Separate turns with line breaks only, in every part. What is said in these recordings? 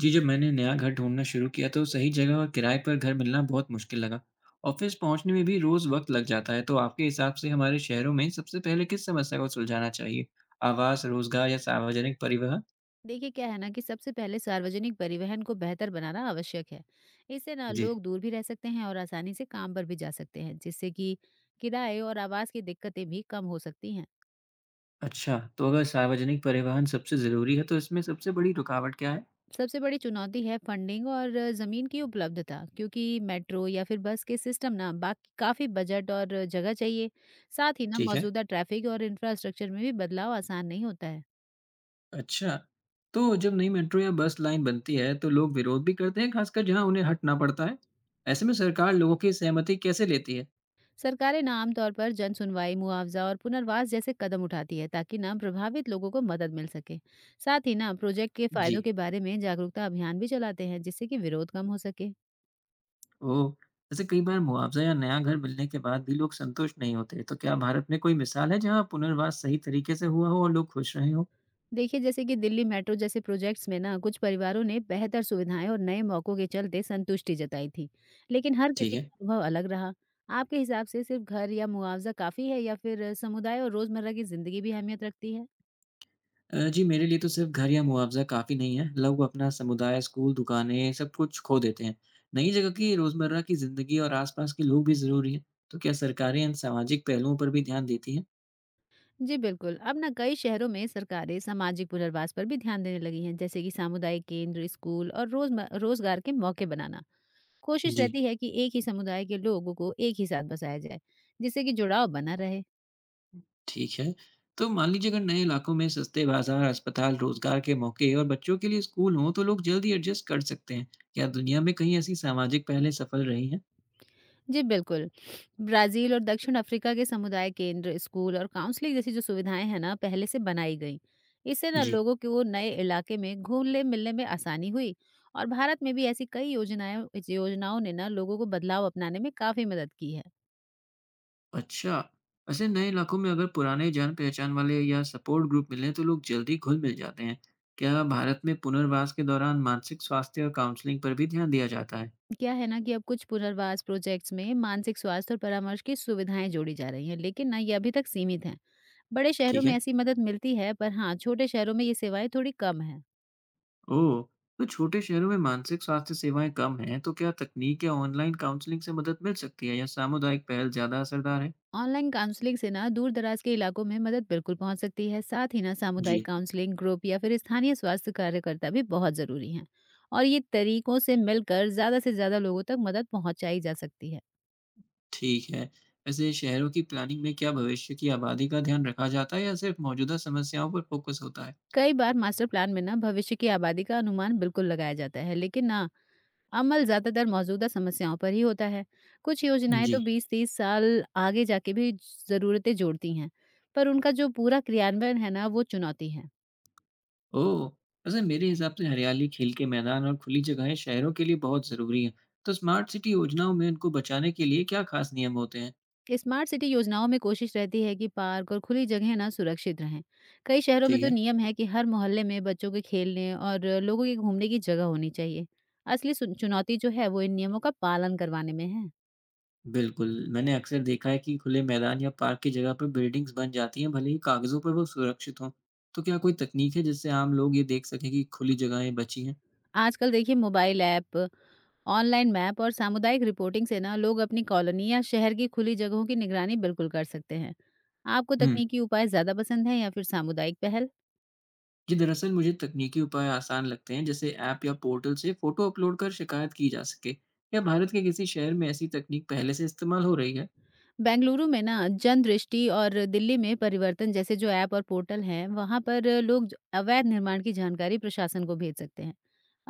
जी, जब मैंने नया घर ढूंढना शुरू किया तो सही जगह और किराए पर घर मिलना बहुत मुश्किल लगा। ऑफिस पहुंचने में भी रोज़ वक्त लग जाता है, तो आपके हिसाब से हमारे शहरों में सबसे पहले किस समस्या को सुलझाना चाहिए? आवास, रोजगार या सार्वजनिक परिवहन?
देखिए क्या है ना कि सबसे पहले सार्वजनिक परिवहन को बेहतर बनाना आवश्यक है। इससे ना
जी।
लोग दूर भी रह सकते हैं और आसानी से काम पर भी जा सकते हैं, जिससे कि किराए और आवास की दिक्कतें भी कम हो सकती हैं।
अच्छा, तो अगर सार्वजनिक परिवहन सबसे ज़रूरी है, तो इसमें सबसे बड़ी रुकावट क्या है?
सबसे बड़ी चुनौती है फंडिंग और ज़मीन की उपलब्धता, क्योंकि मेट्रो या फिर बस के सिस्टम ना बाकी काफ़ी बजट और जगह चाहिए। साथ ही ना
ठीक है।
मौजूदा ट्रैफिक और इंफ्रास्ट्रक्चर में भी बदलाव आसान नहीं होता है।
अच्छा, तो जब नई मेट्रो या बस लाइन बनती है, तो लोग विरोध भी करते हैं, खासकर जहां उन्हें हटना पड़ता है। ऐसे में सरकार लोगों की सहमति कैसे लेती है?
सरकारें ना आमतौर पर जन सुनवाई, मुआवजा और पुनर्वास जैसे कदम उठाती है ताकि ना प्रभावित लोगों को मदद मिल सके। साथ ही ना प्रोजेक्ट के
जी।
फायदों के बारे में जागरूकता अभियान भी चलाते हैं, जिससे कि विरोध कम हो सके।
ओह! वैसे कई बार मुआवज़ा या नया घर मिलने के बाद भी लोग संतुष्ट नहीं होते, तो क्या भारत में कोई मिसाल है जहाँ पुनर्वास सही तरीके से हुआ हो और लोग खुश रहे हों?
देखिए, जैसे कि दिल्ली मेट्रो जैसे प्रोजेक्ट्स में ना कुछ परिवारों ने बेहतर सुविधाएं और नए मौकों के चलते संतुष्टि जताई थी। लेकिन हर
ठीक
किसी
है।
का अनुभव अलग रहा। आपके हिसाब से सिर्फ घर या मुआवजा काफी है, या फिर समुदाय और रोजमर्रा की जिंदगी भी अहमियत रखती है?
जी, मेरे लिए तो सिर्फ घर या मुआवजा काफ़ी नहीं है। लोग अपना समुदाय, स्कूल, दुकानें सब कुछ खो देते हैं। नई जगह की रोज़मर्रा की ज़िंदगी और आसपास के लोग भी ज़रूरी हैं। तो क्या सरकारें इन सामाजिक पहलुओं पर भी ध्यान देती हैं?
जी बिल्कुल। अब ना कई शहरों में सरकारें सामाजिक पुनर्वास पर भी ध्यान देने लगी हैं, जैसे कि सामुदायिक केंद्र, स्कूल और रोजगार के मौके बनाना। कोशिश
जी।
रहती है कि एक ही समुदाय के लोगों को एक ही साथ बसाया जाए, जिससे कि जुड़ाव बना रहे।
ठीक है। तो मान लीजिए अगर नए इलाकों में सस्ते बाज़ार, अस्पताल, रोज़गार के मौके और बच्चों के लिए स्कूल हों, तो लोग जल्दी एडजस्ट कर सकते हैं। क्या दुनिया में कहीं ऐसी सामाजिक पहलें सफल रही हैं?
जी बिल्कुल। ब्राजील और दक्षिण अफ्रीका के समुदाय केंद्र, स्कूल और काउंसलिंग जैसी जो सुविधाएं हैं ना, पहले से बनाई गई। इससे ना
जी।
लोगों को नए इलाके में घुलने मिलने में आसानी हुई। और भारत में भी ऐसी कई योजनाएं योजनाओं ने ना लोगों को बदलाव अपनाने में काफी मदद की है।
अच्छा, वैसे नए इलाकों में अगर पुराने जान-पहचान वाले या सपोर्ट ग्रुप मिलें, तो लोग जल्दी घुल-मिल जाते हैं। क्या भारत में पुनर्वास के दौरान मानसिक स्वास्थ्य और काउंसलिंग पर भी ध्यान दिया जाता है?
क्या है ना कि अब कुछ पुनर्वास प्रोजेक्ट्स में मानसिक स्वास्थ्य और परामर्श की सुविधाएं जोड़ी जा रही हैं, लेकिन ना ये अभी तक सीमित हैं। बड़े शहरों
ठीक
में
है।
ऐसी मदद मिलती है, पर हाँ, छोटे शहरों में ये सेवाएं थोड़ी कम है।
ओह! तो छोटे शहरों में मानसिक स्वास्थ्य सेवाएँ कम हैं, तो क्या तकनीक या ऑनलाइन काउंसलिंग से मदद मिल सकती है या सामुदायिक पहल ज़्यादा असरदार है?
ऑनलाइन काउंसलिंग से ना दूर दराज के इलाकों में मदद बिल्कुल पहुंच सकती है। साथ ही ना
जी।
सामुदायिक काउंसलिंग ग्रुप या फिर स्थानीय स्वास्थ्य कार्यकर्ता भी बहुत ज़रूरी हैं। और ये तरीकों से मिलकर ज़्यादा से ज़्यादा लोगों तक मदद पहुंचाई जा सकती है।
ठीक है। वैसे शहरों की प्लानिंग में क्या भविष्य की आबादी का ध्यान रखा जाता है या सिर्फ मौजूदा समस्याओं पर फोकस होता है?
कई बार मास्टर प्लान में ना भविष्य की आबादी का अनुमान बिल्कुल लगाया जाता है, लेकिन ना अमल ज्यादातर मौजूदा समस्याओं पर ही होता है। कुछ योजनाएं
जी।
तो 20-30 साल आगे जाके भी जरूरतें जोड़ती हैं, पर उनका जो पूरा क्रियान्वयन है ना वो चुनौती है।
ओह! वैसे मेरे हिसाब से हरियाली, खेल के मैदान और खुली जगहें शहरों के लिए बहुत ज़रूरी हैं। तो स्मार्ट सिटी योजनाओं में इनको बचाने के लिए क्या खास नियम होते हैं?
स्मार्ट सिटी योजनाओं में कोशिश रहती है कि पार्क और खुली जगह ना सुरक्षित रहें। कई शहरों में
ठीक
तो
है।
नियम है कि हर मोहल्ले में बच्चों के खेलने और लोगों के घूमने की जगह होनी चाहिए। चुनौती जो है वो इन नियमों का पालन करवाने में है।
बिल्कुल, मैंने अक्सर देखा है कि खुले मैदान या पार्क की जगह पर बिल्डिंग्स बन जाती हैं, भले ही कागज़ों पर वो सुरक्षित हों। तो क्या कोई तकनीक है जिससे आम लोग ये देख सकें कि खुली जगहें बची हैं?
आजकल देखिए मोबाइल ऐप, ऑनलाइन मैप और सामुदायिक रिपोर्टिंग से ना लोग अपनी कॉलोनी या शहर की खुली जगहों की निगरानी बिल्कुल कर सकते हैं। आपको
हुँ।
तकनीकी उपाय ज्यादा पसंद है या फिर सामुदायिक पहल?
जी, दरअसल मुझे तकनीकी उपाय आसान लगते हैं, जैसे ऐप या पोर्टल से फोटो अपलोड कर शिकायत की जा सके। क्या भारत के किसी शहर में ऐसी तकनीक पहले से इस्तेमाल हो रही है?
बेंगलुरु में ना जन दृष्टि और दिल्ली में परिवर्तन जैसे जो ऐप और पोर्टल हैं, वहाँ पर लोग अवैध निर्माण की जानकारी प्रशासन को भेज सकते हैं।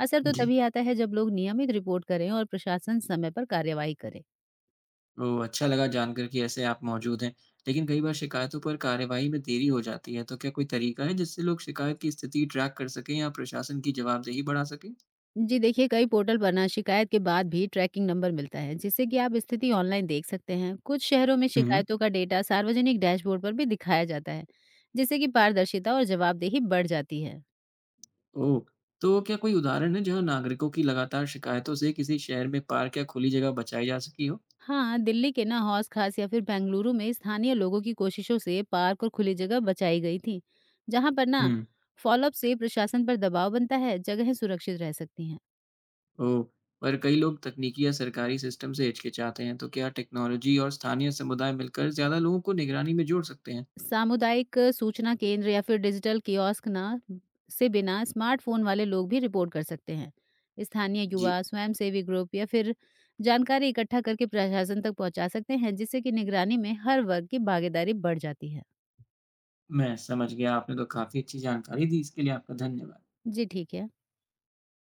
असर तो
जी।
तभी आता है जब लोग नियमित रिपोर्ट करें और प्रशासन समय पर कार्यवाही करे।
तो अच्छा लगा जानकर कि ऐसे ऐप मौजूद हैं। लेकिन कई बार शिकायतों पर कार्यवाही में देरी हो जाती है, तो क्या कोई तरीका है जिससे लोग शिकायत की स्थिति ट्रैक कर सकें या प्रशासन की जवाबदेही बढ़ा सकें?
जी देखिए, कई पोर्टल पर ना शिकायत के बाद भी ट्रैकिंग नंबर मिलता है, जिससे कि आप स्थिति ऑनलाइन देख सकते हैं। कुछ शहरों में
हम्म।
शिकायतों का डेटा सार्वजनिक डैशबोर्ड पर भी दिखाया जाता है, जिससे कि पारदर्शिता और जवाबदेही बढ़ जाती है।
ओह। तो क्या कोई उदाहरण है जहां नागरिकों की लगातार शिकायतों से किसी शहर में पार्क या खुली जगह बचाई जा सकी हो?
हाँ, दिल्ली के ना हौस खास या फिर बेंगलुरु में स्थानीय लोगों की कोशिशों से पार्क और खुली जगह बचाई गई थी, जहाँ पर ना
हम्म।
फॉलोअप से प्रशासन पर दबाव बनता है, जगहें सुरक्षित रह सकती हैं।
ओह! पर कई लोग तकनीकी या सरकारी सिस्टम से हिचकिचाते हैं, तो क्या टेक्नोलॉजी और स्थानीय समुदाय मिलकर ज़्यादा लोगों को निगरानी में जोड़ सकते हैं?
सामुदायिक सूचना केंद्र या फिर डिजिटल कियोस्क ना से बिना स्मार्टफोन वाले लोग भी रिपोर्ट कर सकते हैं। स्थानीय
जी,
युवा स्वयंसेवी ग्रुप या फिर जानकारी इकट्ठा करके प्रशासन तक पहुंचा सकते हैं, जिससे कि निगरानी में हर वर्ग की भागीदारी बढ़ जाती है।
मैं समझ गया। आपने तो काफ़ी अच्छी जानकारी दी। इसके लिए आपका धन्यवाद।
जी ठीक है।